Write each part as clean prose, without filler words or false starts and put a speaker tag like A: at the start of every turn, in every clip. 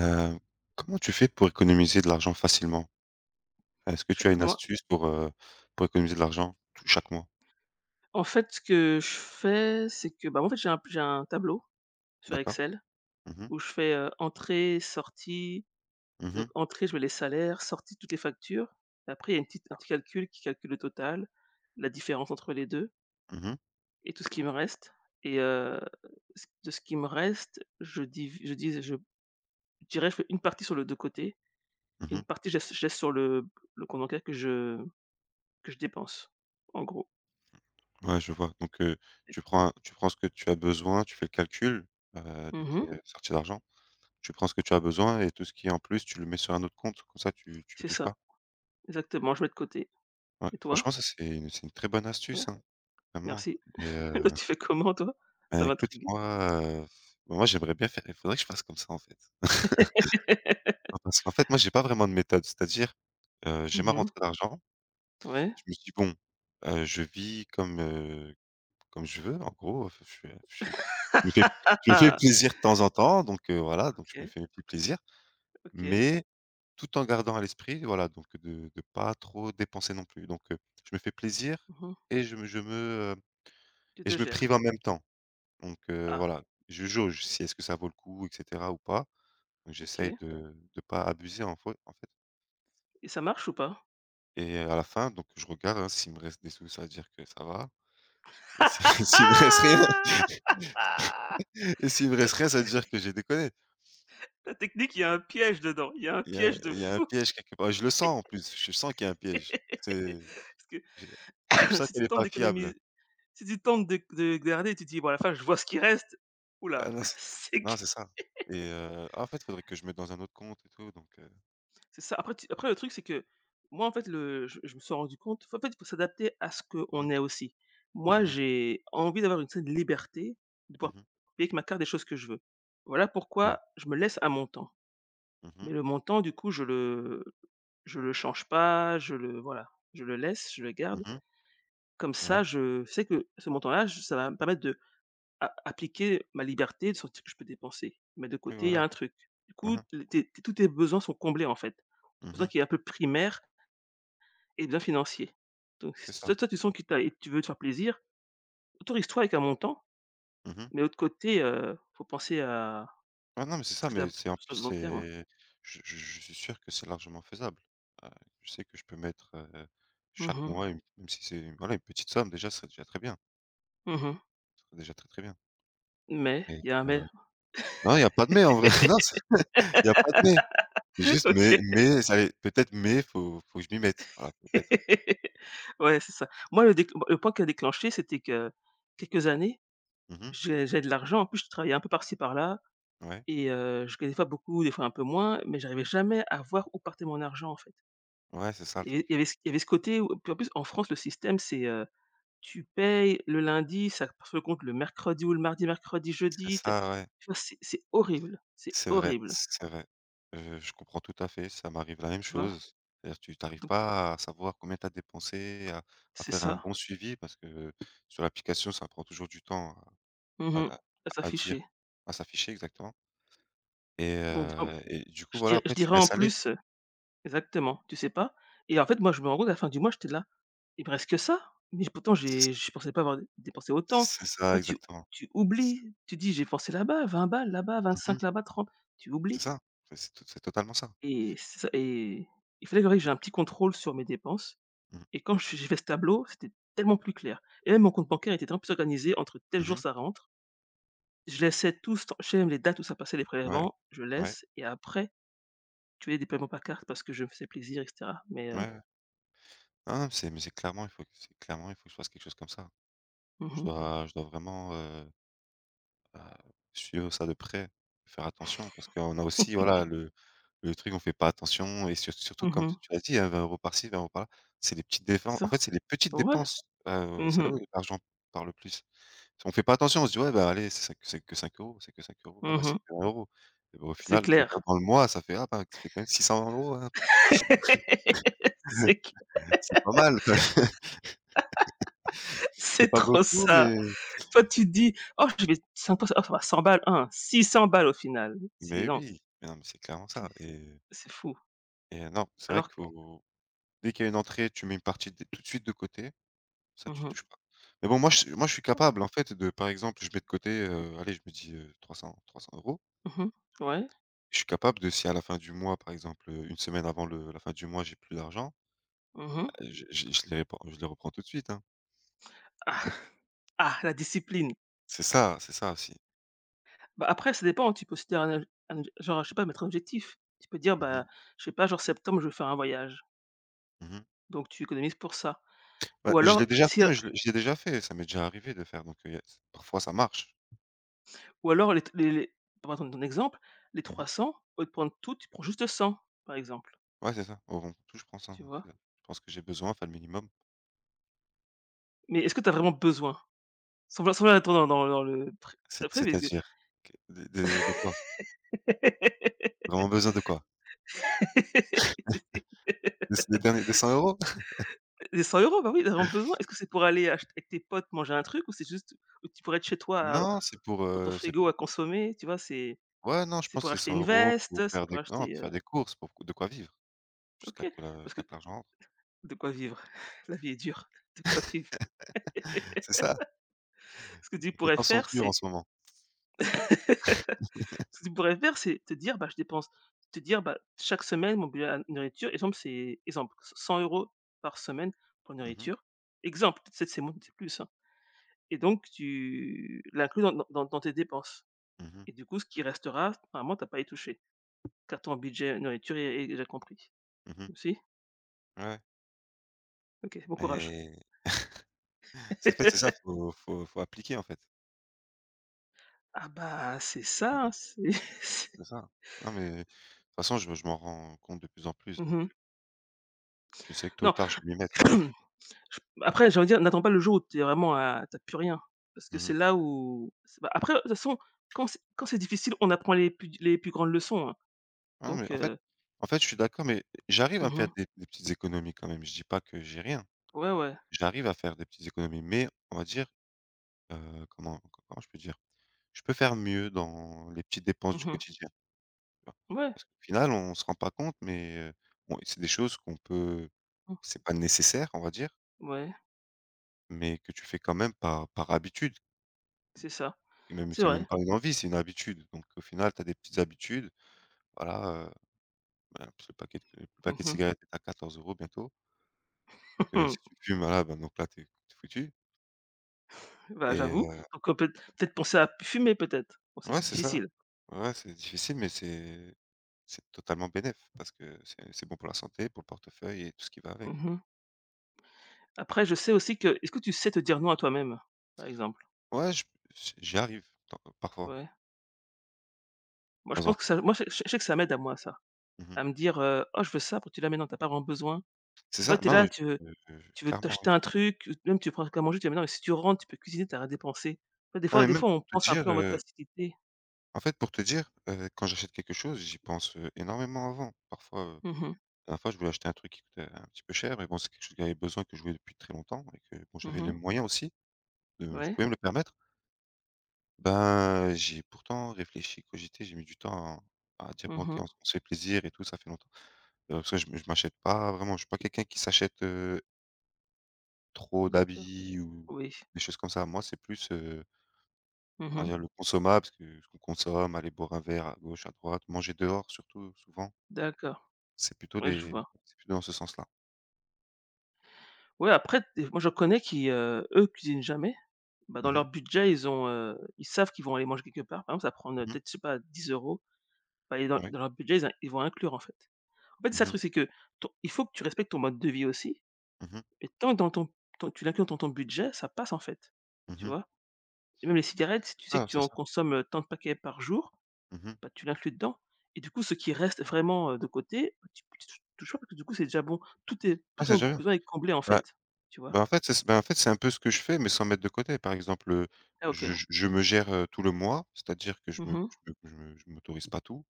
A: Heu, Comment tu fais pour économiser de l'argent facilement? Est-ce que tu as
B: Chaque
A: une
B: mois.
A: astuce pour économiser de l'argent tou chaque mois?
B: En fait, ce que je fais, c'est que, bah, en fait, j'ai un tableau sur
A: D'accord.
B: Excel
A: Mhm,
B: où je fais, entrée, sortie.
A: mhm,
B: Donc entrée, je mets les salaires, sortie, toutes les factures. Et après, il y a une petite un petit calcul qui calcule le total, la différence entre les 2
A: mhm, mhm.
B: et tout ce qui me reste et ce qui me reste, je dirais, je fais une partie sur le de côté et une partie je laisse sur le compte bancaire que je dépense, en gros.
A: Ouais, je vois. Donc tu prends ce que tu as besoin, tu fais le calcul, de
B: Mmh.
A: tes sorties d'argent. Tu prends ce que tu as besoin et tout ce qui est en plus, tu le mets sur un autre compte, comme ça tu y
B: C'est
A: touches
B: ça,
A: pas.
B: exactement, je mets de côté
A: Ouais,
B: et toi?
A: franchement, ça, c'est une très bonne astuce, hein, vraiment.
B: Merci.
A: Et
B: Toi, tu fais comment toi? Ça
A: bah, écoute,
B: m'intrigue.
A: moi, heu, j'aimerais bien faire, il faudrait que je fasse comme ça, en fait. Bah, parce qu'en fait, moi, j'ai pas vraiment de méthode. C'est-à-dire, j'ai ma
B: Mmh.
A: rentrée d'argent.
B: Ouais.
A: Je me dis: «Bon, je vis comme je veux, en gros. Enfin, je fais je fais je me fais je me fais plaisir de temps en temps, donc voilà, donc je me
B: OK,
A: fais mes petits plaisirs».
B: OK.
A: Mais tout en gardant à l'esprit, voilà, donc de pas trop dépenser non plus. Donc je me fais plaisir
B: Mmh.
A: et heu
B: Tu
A: et
B: te
A: je me
B: gères.
A: prive en même temps. Donc
B: Ah,
A: voilà, je jauge si est-ce que ça vaut le coup et cetera ou pas. Donc j'essaye
B: OK
A: de pas abuser en fait.
B: et ça marche ou pas?
A: Et à la fin, donc je regarde, hein, s'il me reste des sous, ça veut dire que ça va, et si s'il me reste rien, et s'il me
B: y a
A: reste
B: trop
A: rien, ça veut dire que j'ai déconné.
B: Ta technique, il y a un piège dedans, il y a un
A: Il y a
B: piège de
A: il y a un
B: fou.
A: piège quelque part. Je le sens en plus, je sens qu'il y a un piège. C'est
B: Parce que
A: je je sens
B: si tu
A: qu'elle est
B: tentes
A: pas fiable.
B: d'économiser si tu tentes de garder, tu te dis: «Bon, à la fin, je vois ce qui reste», oula,
A: Ah non,
B: là,
A: c'est non, c'est ça. Et ah, en fait, il faudrait que je mette dans un autre compte et tout, donc
B: c'est ça. Après le truc, c'est que moi, en fait, le je me suis rendu compte, en fait, il faut s'adapter à ce
A: mmh
B: qu'on
A: mh.
B: est aussi. Moi,
A: Mmh.
B: j'ai envie d'avoir une certaine liberté, de pouvoir
A: Mmh.
B: payer avec ma carte des choses que je veux. Voilà
A: Ouais.
B: pourquoi je me laisse à mon temps.
A: Mmh
B: Mais
A: mh.
B: le montant, du coup, je le change pas, je le voilà, je le laisse, je le garde.
A: Mmh.
B: Comme ça,
A: Ouais.
B: je sais que ce montant-là, j ça va me permettre de a appliquer ma liberté, de sentir que je peux dépenser. Mais de
A: Oui,
B: côté, il y a
A: voilà.
B: un truc. Du
A: Mmh
B: coup,
A: mh.
B: tes tes tous tes besoins sont comblés, en fait. Ton besoin
A: Mmh.
B: qui est un peu primaire, et de financier. Donc
A: C'est
B: si
A: ça.
B: toi tu sens que tu et tu veux te faire plaisir, autorise-toi avec un montant,
A: Mmh.
B: mais de l'autre côté, faut penser à
A: Ah non, mais c'est
B: ce
A: ça,
B: que tu as
A: mais c'est en
B: sur
A: plus,
B: le long terme.
A: c'est, je suis sûr que c'est largement faisable. Heu, je sais que je peux mettre,
B: Mmh
A: chaque
B: mh.
A: mois, une, même si c'est, voilà, une petite somme déjà, ce serait déjà très bien,
B: Mmh
A: ce serait déjà très, très bien.
B: Mais,
A: Et
B: il y a un
A: heu,
B: mais.
A: non, il y a pas de mais en vrai, non, il y a pas de mais. C'est juste, mais
B: OK.
A: ça allait peut-être, mais faut que je m'y mette, voilà, peut-être.
B: Ouais, c'est ça. Moi le point qui a déclenché, c'était que quelques années,
A: Mmh mh.
B: j'avais de l'argent, en plus je travaillais un peu par-ci par-là
A: Ouais,
B: et je gagnais des fois beaucoup, des fois un peu moins, mais j'arrivais jamais à voir où partait mon argent en fait.
A: ouais, c'est ça le
B: Il y avait il y
A: truc.
B: avait ce il y avait ce côté où, puis en plus en France le système c'est, tu payes le lundi, ça se compte le mercredi ou le mardi, mercredi,
A: C'est
B: jeudi, tu
A: ça, ouais.
B: tu vois? C'est horrible, c'est
A: C'est vrai,
B: horrible,
A: c'est vrai. Je comprends tout à fait, ça m'arrive la même
B: tu vois?
A: chose. C'est-à-dire tu n'arrives
B: Donc
A: pas à savoir combien tu as dépensé, à
B: c'est
A: faire un
B: ça.
A: bon suivi, parce que sur l'application, ça prend toujours du temps à
B: Mmh.
A: à
B: À
A: à
B: s'afficher.
A: dire, à s'afficher exactement. Et
B: Donc en
A: et du coup,
B: je
A: voilà,
B: dir je
A: après tu
B: dirais en
A: laisses aller.
B: plus, exactement, tu sais pas et en fait, moi, je me rends compte à la fin du mois, j'étais là: «Il me reste que ça!» Mais pourtant
A: C'est
B: j'ai
A: ça,
B: je pensais pas avoir dépensé autant.
A: c'est ça
B: Toi, tu
A: exactement.
B: tu
A: C
B: oublies, tu dis: «J'ai pensé là-bas, 20 balles, là-bas, 25,
A: mmh
B: là-bas, 30.» Tu
A: c'est
B: oublies
A: ça, c'est totalement ça.
B: et c'est ça et il fallait que j'ai un petit contrôle sur mes dépenses.
A: Mmh.
B: Et quand je j'ai fait ce tableau, c'était tellement plus clair et même mon compte bancaire était tellement plus organisé, entre tel jour
A: Mmh.
B: ça rentre, je laissais tout, ce je même les dates où ça passait les
A: Ouais,
B: prélèvements, je
A: ouais,
B: laisse et après, tu voyais des paiements par carte parce que je me faisais plaisir et cetera. Mais,
A: ouais, ouais. c'est mais c'est clairement, il faut que je fasse quelque chose comme ça. Je
B: mmh
A: dois je dois vraiment, bah, suivre ça de près, faire attention, parce qu'on a aussi
B: mh.
A: Voilà, le truc, on fait pas attention. Et surtout comme
B: Mmh.
A: tu as dit, hein, 20 € par-ci, 20 € par-là. C'est les petites dépenses
B: C'est
A: en
B: ça.
A: fait, c'est les petites
B: Ouais.
A: dépenses,
B: Mmh
A: c'est là
B: mh.
A: où l'argent parle le plus. On fait pas attention, on se dit: «Ouais, bah, allez, c'est que 5 €, c'est que 5 euros, ah bah,
B: Mmh.
A: c'est que 1 €, et bah, au
B: C'est
A: final, tu regardes
B: clair.
A: dans le mois, ça fait, ah bah, ça fait quand même 600 €, hein.
B: C'est que
A: C'est pas mal quand c'est
B: c'est
A: pas
B: trop
A: beaucoup,
B: ça.
A: mais
B: Toi, tu te dis: «Oh, je vais sympa, oh, ça va 100 balles, hein, 600 balles au final.» C'est non,
A: oui, mais non, mais c'est clairement
B: c'est
A: ça. et
B: c'est fou.
A: et non, c'est vrai
B: Alors
A: que
B: q
A: dès qu'il y a une entrée, tu mets une partie d tout de suite de côté. Ça,
B: Mmh
A: tu
B: mh.
A: touches pas. Mais bon, moi je suis capable en fait de, par exemple, je mets de côté, allez, je me dis, trois trois 300 euros.
B: Mmh. Ouais.
A: Je suis capable, de si à la fin du mois, par exemple, 1 semaine avant le la fin du mois, j'ai plus d'argent,
B: Mmh.
A: je les reprends tout de suite, hein.
B: Ah Ah, la discipline.
A: C'est ça aussi.
B: Bah, après, ça dépend, tu peux aussi dire un, genre, je sais pas, mettre un objectif. Tu peux dire:
A: Mmh mh.
B: «Bah, je sais pas, genre septembre, je vais faire un voyage»,
A: Mmh.
B: donc tu économises pour ça.
A: Bah,
B: Ou
A: je l'ai
B: alors
A: déjà
B: si
A: fait, mais je l'ai déjà fait, ça m'est déjà arrivé de faire, donc y a parfois ça marche.
B: Ou alors les t les pour reprendre ton exemple, les trois
A: Mmh.
B: cents, au lieu de prendre tout, tu prends juste 100, par exemple,
A: Ouais, c'est ça. Au tout, je prends ça,
B: tu
A: ouais,
B: vois?
A: c'est ça. Je pense que j'ai besoin, enfin le minimum.
B: Mais est-ce que tu as vraiment besoin? Sans vouloir être dans le tr après, mais est-ce que
A: C'est-à-dire? Que de quoi? Vraiment besoin de quoi? De des derniers des 100 €.
B: les 100 euros, bah, oui, t'as vraiment besoin. Est-ce que c'est pour aller acheter avec tes potes manger un truc, ou c'est juste, ou tu pourrais être chez toi
A: Non, c'est pour,
B: dans ton
A: c'est
B: frigo à
A: pour,
B: consommer, tu vois? C'est
A: ouais, non, je
B: c'est
A: pense
B: pour
A: c'est
B: acheter
A: 100
B: une
A: euros pour
B: veste, c'est
A: faire
B: pour
A: des, non,
B: acheter,
A: pour faire des courses, pour de quoi vivre jusqu'à
B: OK,
A: que la
B: parce que
A: jusqu'à que l'argent rentre.
B: de quoi vivre? La vie est dure, de quoi vivre?
A: C'est ça,
B: Ce que tu
A: les
B: pourrais
A: temps sont
B: faire,
A: durs en
B: c'est
A: ce moment.
B: ce que tu pourrais faire, c'est te dire: «Bah, je dépense.» Te dire: «Bah, chaque semaine, mon budget à nourriture», exemple, c'est exemple, c 100 € par semaine pour
A: Mmh mh.
B: nourriture. Exemple, peut-être c'est moins, c'est plus, hein, et donc tu l'inclus dans tes dépenses
A: Mmh mh.
B: et du coup, ce qui restera, normalement, tu as pas à y toucher, car ton budget nourriture est déjà compris.
A: Mmh mh.
B: Toi aussi?
A: Ouais,
B: OK, bon
A: ouais,
B: courage.
A: et c'est fait, c'est ça, faut appliquer, en fait.
B: Ah bah, c'est
A: Mmh
B: ça,
A: mh.
B: c'est c'est
A: C'est ça. Non, mais de toute façon, je m'en rends compte de plus en plus, donc
B: mmh.
A: je sais que tôt ou
B: Non,
A: tard, je vais m'y mettre.
B: j après j'ai envie de dire, n'attends pas le jour où t'es vraiment à tu plus rien, parce que
A: Mmh
B: c'est
A: mh.
B: là où c'est, bah, après de toute façon, quand c'est difficile, on apprend les plus grandes leçons, hein,
A: Non,
B: donc
A: mais en fait, je suis d'accord, mais j'arrive à me faire
B: mmh.
A: des petites économies quand même. Je dis pas que j'ai rien.
B: Ouais, ouais.
A: J'arrive à faire des petites économies, mais on va dire, heu, comment comment je peux dire? Je peux faire mieux dans les petites dépenses du
B: Mmh.
A: quotidien, tu vois?
B: Ouais,
A: Parce qu'au final, on se rend pas compte, mais bon, c'est des choses qu'on peut,
B: mmh,
A: c'est pas nécessaire, on va dire,
B: ouais,
A: mais que tu fais quand même par habitude.
B: c'est ça,
A: Et même
B: c'est
A: c'est
B: vrai.
A: même pas une envie, c'est une habitude, donc au final, tu as des petites habitudes, voilà, ben, parce que le paquet de
B: Mmh.
A: cigarettes est à 14 euros bientôt, donc si tu fumes, voilà, ben, donc là, tu es foutu.
B: Bah,
A: Et
B: j'avoue, donc peut-être penser à fumer peut-être? Bon, c'est
A: ouais,
B: c'est
A: c'est ça.
B: difficile.
A: Ouais, c'est difficile, mais c'est totalement bénéf, parce que c'est bon pour la santé, pour le portefeuille et tout ce qui va avec.
B: Mmh. Après je sais aussi que, est-ce que tu sais te dire non à toi-même, par exemple?
A: Ouais, je j j'y arrive temps parfois,
B: Ouais. Moi,
A: de
B: je
A: temps en
B: pense que
A: temps.
B: ça moi, je sais que ça m'aide à moi ça,
A: Mmh mh.
B: à me dire, «Oh, je veux ça», pour tu es là: «Mais non, t'as pas vraiment besoin».
A: C'est
B: Tu vois,
A: ça,
B: t'es
A: non
B: là,
A: mais
B: tu veux,
A: heu, clairement oui.
B: t'acheter un truc, ou même tu prends prendre un truc à manger, tu dis: «Mais non, mais si tu rentres, tu peux cuisiner, t'as rien dépensé.» Tu vois, des
A: Ah,
B: fois,
A: mais même
B: on
A: pour te
B: pense un
A: dire,
B: peu en mode facilité.
A: en fait, pour te dire, quand j'achète quelque chose, j'y pense, énormément avant. Parfois,
B: Mmh mh.
A: la dernière fois je voulais acheter un truc qui coûtait un petit peu cher, mais bon, c'est quelque chose que j'avais besoin, que je voulais depuis très longtemps, et que bon, j'avais les
B: Mmh.
A: moyens aussi, de je
B: Ouais.
A: pouvais me le permettre. Ben, j'ai pourtant réfléchi, cogité, j'ai mis du temps à dire: «Bon, OK,
B: Mmh.
A: on se fait plaisir et tout, ça fait longtemps». Parce que je m'achète pas vraiment, je suis pas quelqu'un qui s'achète, trop
B: D'accord.
A: d'habits ou
B: Oui.
A: des choses comme ça. Moi, c'est plus, on va
B: Mmh.
A: dire le consommable, ce qu'on consomme, aller boire un verre à gauche, à droite, manger dehors surtout, souvent.
B: D'accord. Ouais, je vois.
A: C'est plutôt dans ce sens-là.
B: Ouais, après, des moi, je connais qui, eux, cuisinent jamais. Bah, dans
A: Mmh
B: leur
A: mh.
B: budget, ils ont, ils savent qu'ils vont aller manger quelque part. Par exemple, ça prend prendre,
A: Mmh mh.
B: peut-être, je sais pas, 10 €. Bah, et dans,
A: Oui.
B: leur budget, ils vont inclure, en fait. En fait, c'est ça
A: Mmh
B: le
A: mh.
B: truc, c'est que ton il faut que tu respectes ton mode de vie aussi
A: Mmh mh.
B: et tant que dans ton ton tu l'inclus dans ton budget, ça passe en fait,
A: Mmh
B: tu
A: mh.
B: vois? Et même les cigarettes, si
A: C'est
B: tu sais que
A: ça,
B: tu
A: c'est
B: en
A: ça.
B: consommes, tant de paquets par jour,
A: Mmh mh.
B: bah, tu l'inclus dedans et du coup, ce qui reste vraiment, de côté, bah, tu tu tou touches pas parce que du coup, c'est déjà bon. Tout
A: Ah, c'est
B: ton
A: génial.
B: besoin est comblé en
A: Bah
B: fait, tu vois?
A: bah, en fait, c'est un peu ce que je fais, mais sans mettre de côté. Par exemple,
B: Ah, OK.
A: je me gère, tout le mois, c'est-à-dire que je me
B: Mhm.
A: je me je me je m'autorise pas tout.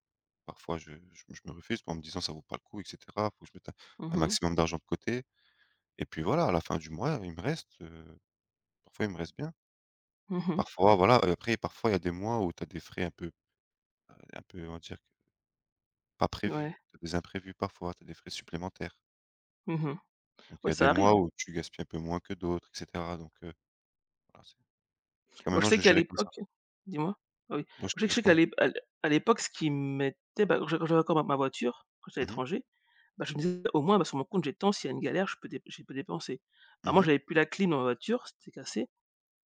A: Parfois, je me refuse en me disant: «Ça vaut pas le coup et cetera, faut que je mette un
B: Mhm.
A: maximum d'argent de côté». Et puis voilà, à la fin du mois, il me reste, parfois il me reste bien.
B: Mhm.
A: Parfois, voilà, après parfois il y a des mois où tu as des frais un peu on va dire pas
B: Ouais.
A: prévus, tu as des imprévus parfois, tu as des frais supplémentaires.
B: Mhm.
A: Donc il
B: Ouais,
A: y a des
B: ça
A: mois
B: arrive.
A: où tu gaspilles un peu moins que d'autres et cetera, donc voilà, c'est jusqu'à
B: Moi, je
A: maintenant
B: sais
A: je
B: qu'à
A: gérais comme ça.
B: l'époque, dis-moi? Ah oui.
A: Moi je
B: Je sais que je
A: moi je
B: sais qu'à
A: commence,
B: l'ép à l'é à l'époque, ce qui m'était, bah, je quand j'avais encore ma voiture quand j'étais à
A: mmh mh,
B: l'étranger, bah, je me disais: «Au moins, bah, sur mon compte, j'ai tant, s'il y a une galère, je peux dépenser». Alors moi,
A: mmh
B: j'avais plus la clim dans ma voiture, c'était cassé.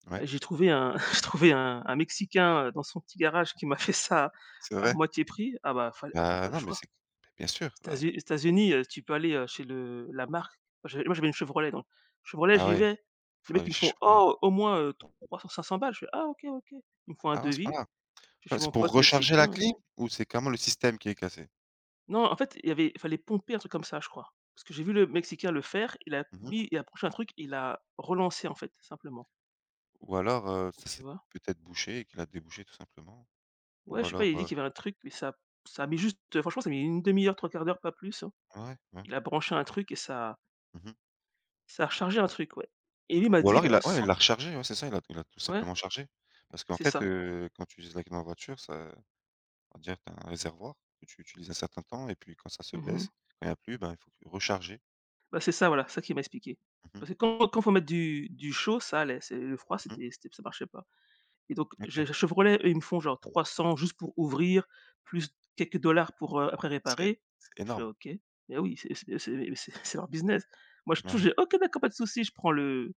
A: mh,
B: Bah,
A: ouais,
B: J'ai trouvé un j'ai trouvé un Mexicain, dans son petit garage qui m'a fait ça
A: c'est
B: à
A: vrai.
B: moitié prix. Ah bah, fallait pas
A: Bah,
B: le
A: non, mais
B: choix.
A: c'est, beh, bien sûr, bah,
B: États-Unis, tu peux aller, chez le la marque. Moi, j'avais une Chevrolet, donc Chevrolet,
A: ah
B: j'y
A: ouais,
B: vais, les
A: faut
B: mecs
A: aller
B: ils me
A: chercher
B: font:
A: pour les,
B: «Oh, au moins, 300-500 balles». Je fais: «Ah, OK, OK». Ils me font un
A: ah ouais, à ce
B: devis,
A: point-là?
B: je suis
A: Ça,
B: chez mon
A: c'est pour
B: pote
A: recharger la
B: mexicain.
A: clim ou c'est carrément le système qui est cassé?
B: Non, en fait, il y avait il fallait pomper un truc comme ça, je crois. Parce que j'ai vu le mexicain le faire,
A: Mmh mh.
B: il a approché un truc, il a relancé, en fait, simplement,
A: Ou alors, ça
B: tu
A: s'est
B: vois?
A: peut-être bouché et qu'il a débouché tout simplement. Ou
B: Ouais, je sais pas,
A: alors,
B: il a dit qu'il y avait un truc, mais ça a mis juste, franchement, ça a mis une demi heure, trois quarts d'heure, pas plus, hein.
A: ouais, ouais.
B: Il a branché un truc et ça
A: Mmh mh.
B: ça a rechargé un truc, ouais, et lui m'a
A: Ou
B: dit:
A: alors
B: «Bah,
A: il a, ouais, il
B: 100»,
A: l'a rechargé, ouais, c'est ça, il a tout
B: ouais,
A: simplement chargé. Parce qu'en
B: c'est
A: fait,
B: ça.
A: quand tu utilises la clim en voiture, ça, on va dire, tu as un réservoir que tu utilises un certain temps, et puis quand ça se
B: Mmh.
A: baisse, quand il y a plus, ben, il faut que recharger.
B: Bah, c'est ça, voilà, ça qui m'a expliqué.
A: Mmh mh.
B: Parce que quand faut mettre du chaud, ça allait, c'est le froid,
A: Mmh mh.
B: c'était ça marchait pas et donc j'ai
A: OK.
B: Chevrolet, eux, ils me font genre 300 juste pour ouvrir, plus quelques dollars pour, après
A: C'est
B: réparer. Je fais : «
A: énorme.
B: OK, mais oui, c'est c'est leur business. » Moi, je touche,
A: Ouais.
B: j'ai : « OK, d'accord, pas de souci. » Je prends le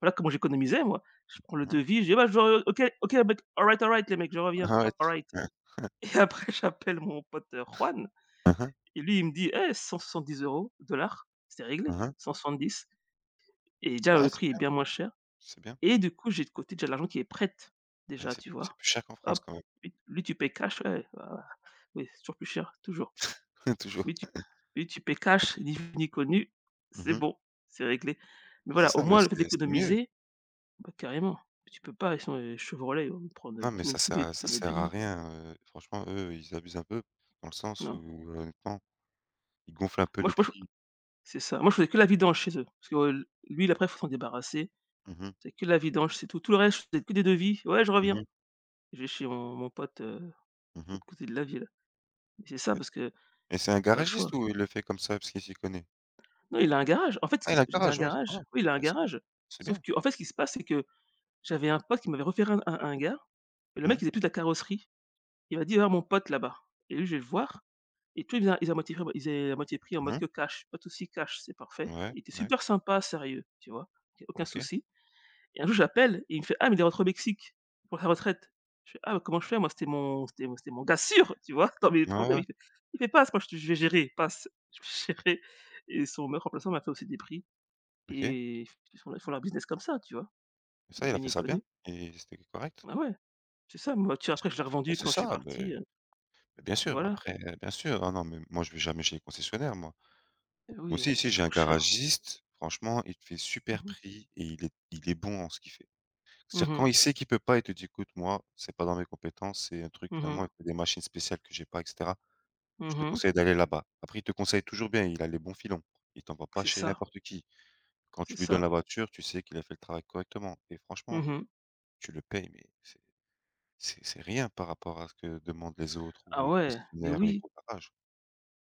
B: Voilà comment j'économisais moi. Je prends le
A: Mmh mh.
B: devis, je dis : « Bah, je veux OK, OK, mec, all right, les mecs, je reviens,
A: Ah ouais.
B: all right »
A: Hein, hein.
B: et après j'appelle mon pote, Juan.
A: Hein, hein.
B: Et lui, il me dit : « Eh, 170 dollars, c'était réglé,
A: Hein, hein.
B: 170 » et déjà
A: Bah, ouais,
B: le
A: c'est
B: prix est
A: bien,
B: bien moins cher
A: c'est bien.
B: et du coup, j'ai de côté déjà de l'argent qui est prête,
A: Mais
B: déjà,
A: c'est
B: tu
A: plus
B: vois?
A: cher qu'en France
B: Hop,
A: quand
B: lui, tu payes cash, ouais, voilà, oui, c'est toujours plus cher, toujours.
A: même, toujours.
B: Mais tu Lui, tu payes cash, ni vu ni connu,
A: Mmh
B: c'est
A: mh.
B: bon, c'est réglé. Mais
A: Bah, c'est
B: voilà, au
A: ça, mais
B: moins le fait
A: c'est mieux.
B: d'économiser, bah, carrément, tu peux pas, ils sont, Chevrolet, ils vont me prendre,
A: Non, mais
B: tout
A: ça sert à
B: tous mes deniers,
A: rien, franchement, eux, ils abusent un peu dans le sens où,
B: non.
A: honnêtement, ils gonflent un peu les
B: Moi, je
A: prix.
B: C'est ça, moi, je faisais que la vidange chez eux parce que, lui, après, il faut s'en débarrasser.
A: Mmh mh.
B: C'est que de la vidange, c'est tout. Tout le reste, je faisais que des devis. « Ouais, je reviens. »
A: Mmh.
B: Je vais chez mon pote, de
A: Mmh.
B: l'autre côté de la ville. Mais c'est ça
A: Et
B: parce que
A: et c'est un
B: pas le choix.
A: garagiste ou il le fait comme ça parce qu'il s'y connaît?
B: Non, il a un garage. En fait, ce
A: Ah,
B: qui
A: il
B: se
A: a un
B: il a un
A: garage, ouais, c'est pas
B: garage. Oui, il a un
A: ça, c'est
B: garage. Sauf
A: bien.
B: que, en fait, ce qui se passe, c'est que j'avais un pote qui m'avait refait un gars et le mec, il
A: Mmh.
B: faisait plus de la carrosserie. Il m'a dit : « Va voir mon pote là-bas » et lui, je vais le voir et tout, il à moitié pris, ils faisait à moitié pris en mode
A: Mmh.
B: que cash. Pas de souci, cash, c'est parfait.
A: Ouais,
B: Il était
A: ouais,
B: super sympa, sérieux, tu vois? Y a aucun
A: OK.
B: souci. Et un jour, j'appelle et il me fait : « Ah, mais il est rentré au Mexique pour sa retraite. » Je fais : « Ah, comment je fais? Moi, c'était mon gars sûr, tu vois? Dans mes
A: Ouais,
B: problèmes. »
A: ouais,
B: Il fait : « Passe, moi, je vais gérer, passe, je vais gérer » et son meilleur remplaçant m'a fait aussi des prix
A: OK.
B: et ils font leur business comme ça, tu vois?
A: Et
B: Ils
A: ça, il a
B: deviennent
A: fait ça bien
B: inconnus.
A: et c'était correct?
B: Ah ouais, c'est ça, ma voiture, après,
A: C'est
B: je l'ai
A: parfait, bah,
B: revendu
A: c'est
B: quand je suis
A: ça,
B: parti,
A: mais bien sûr,
B: voilà.
A: après, bien sûr. Ah non, mais moi, je vais jamais chez les concessionnaires, moi.
B: Eh
A: Moi
B: oui,
A: aussi, ici,
B: c'est
A: j'ai un
B: trop cher.
A: garagiste, franchement, il te fait
B: Mmh
A: super
B: mh.
A: prix et il est bon en ce qu'il fait.
B: Mmh
A: C'est-à-dire
B: mh.
A: quand il sait qu'il peut pas, il te dit: «Écoute, moi, c'est pas dans mes compétences, c'est un truc
B: Mmh.
A: vraiment, il faut des machines spéciales que j'ai pas et cetera. Je te
B: Mmh.
A: conseille d'aller là-bas». Après, il te conseille toujours bien, il a les bons filons. Il t'envoie pas
B: C'est
A: chez
B: ça,
A: n'importe qui. Quand
B: c'est
A: tu lui donnes
B: ça.
A: la voiture, tu sais qu'il a fait le travail correctement, et franchement,
B: Mmh.
A: tu le payes, mais c'est rien par rapport à ce que demandent les autres ou
B: Ah
A: les
B: ouais, mais
A: concessionnaires ou les
B: oui,
A: gros garages.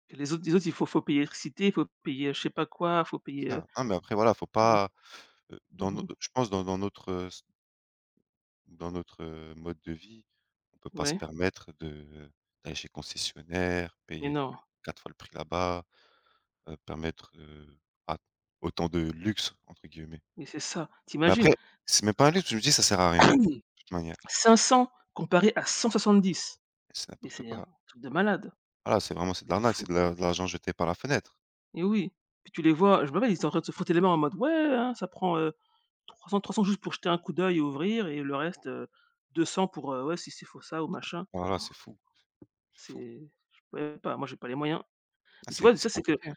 B: les autres, il faut faut payer l'électricité, il faut payer je sais pas quoi, faut
A: C'est
B: payer,
A: ça, hein, mais après voilà, faut
B: tout.
A: pas, dans nos
B: Mmh.
A: je pense dans dans notre, s dans notre, mode de vie, on peut pas se
B: Ouais,
A: permettre de d'aller chez le concessionnaire,
B: mais
A: payer
B: non,
A: 4 fois le prix là-bas, permettre, à autant de «luxe» entre guillemets.
B: mais c'est ça.
A: Mais
B: T'imagines,
A: après, c'est même pas un luxe, je me dis: «Ça sert à rien», de toute manière.
B: 500 comparé à 170.
A: C'est
B: Mais
A: n'importe
B: c'est un
A: quoi.
B: truc de malade,
A: Voilà, c'est vraiment, c'est de
B: de
A: l'arnaque,
B: fou.
A: c'est de la de l'argent jeté par la fenêtre.
B: Et oui, puis tu les vois, je me rappelle, ils étaient en train de se frotter les mains en mode : « Ouais, hein, ça prend, 300 juste pour jeter un coup d'œil et ouvrir et le reste, 200 pour, ouais, si c'est faut ça ou machin. »
A: Voilà, c'est fou, c'est fou.
B: C'est Je pourrais pas, moi j'ai pas les moyens.
A: Ah,
B: Mais tu
A: c'est
B: vois, ça, c'est que
A: compliqué, hein.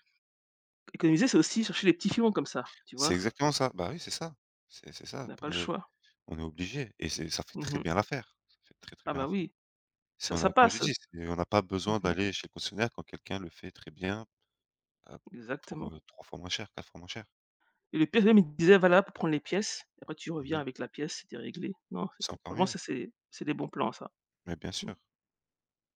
B: économiser, c'est aussi chercher les petits filons comme ça, tu
A: C'est
B: vois?
A: exactement ça. Bah oui, c'est ça. C'est
B: On
A: ça,
B: n'a pas
A: p
B: le choix.
A: on est obligé, et c'est ça fait très
B: Mmh.
A: bien l'affaire, ça fait très, très
B: Ah
A: bien
B: bah
A: l'affaire.
B: oui, ça
A: C'est, on
B: ça
A: a, comme je
B: passe.
A: dis, c'est on n'a pas besoin
B: Mmh.
A: d'aller chez le concessionnaire quand quelqu'un le fait très bien, heu, pour,
B: Exactement.
A: 3 fois moins cher, 4 fois moins cher.
B: Et le pire, même, il disait : « Va là pour prendre les pièces, après tu reviens
A: Mmh.
B: avec la pièce, c'était réglé. » Non, c'est
A: C'est encore
B: franchement,
A: mieux,
B: ça, c'est des bons plans, ça.
A: mais bien sûr.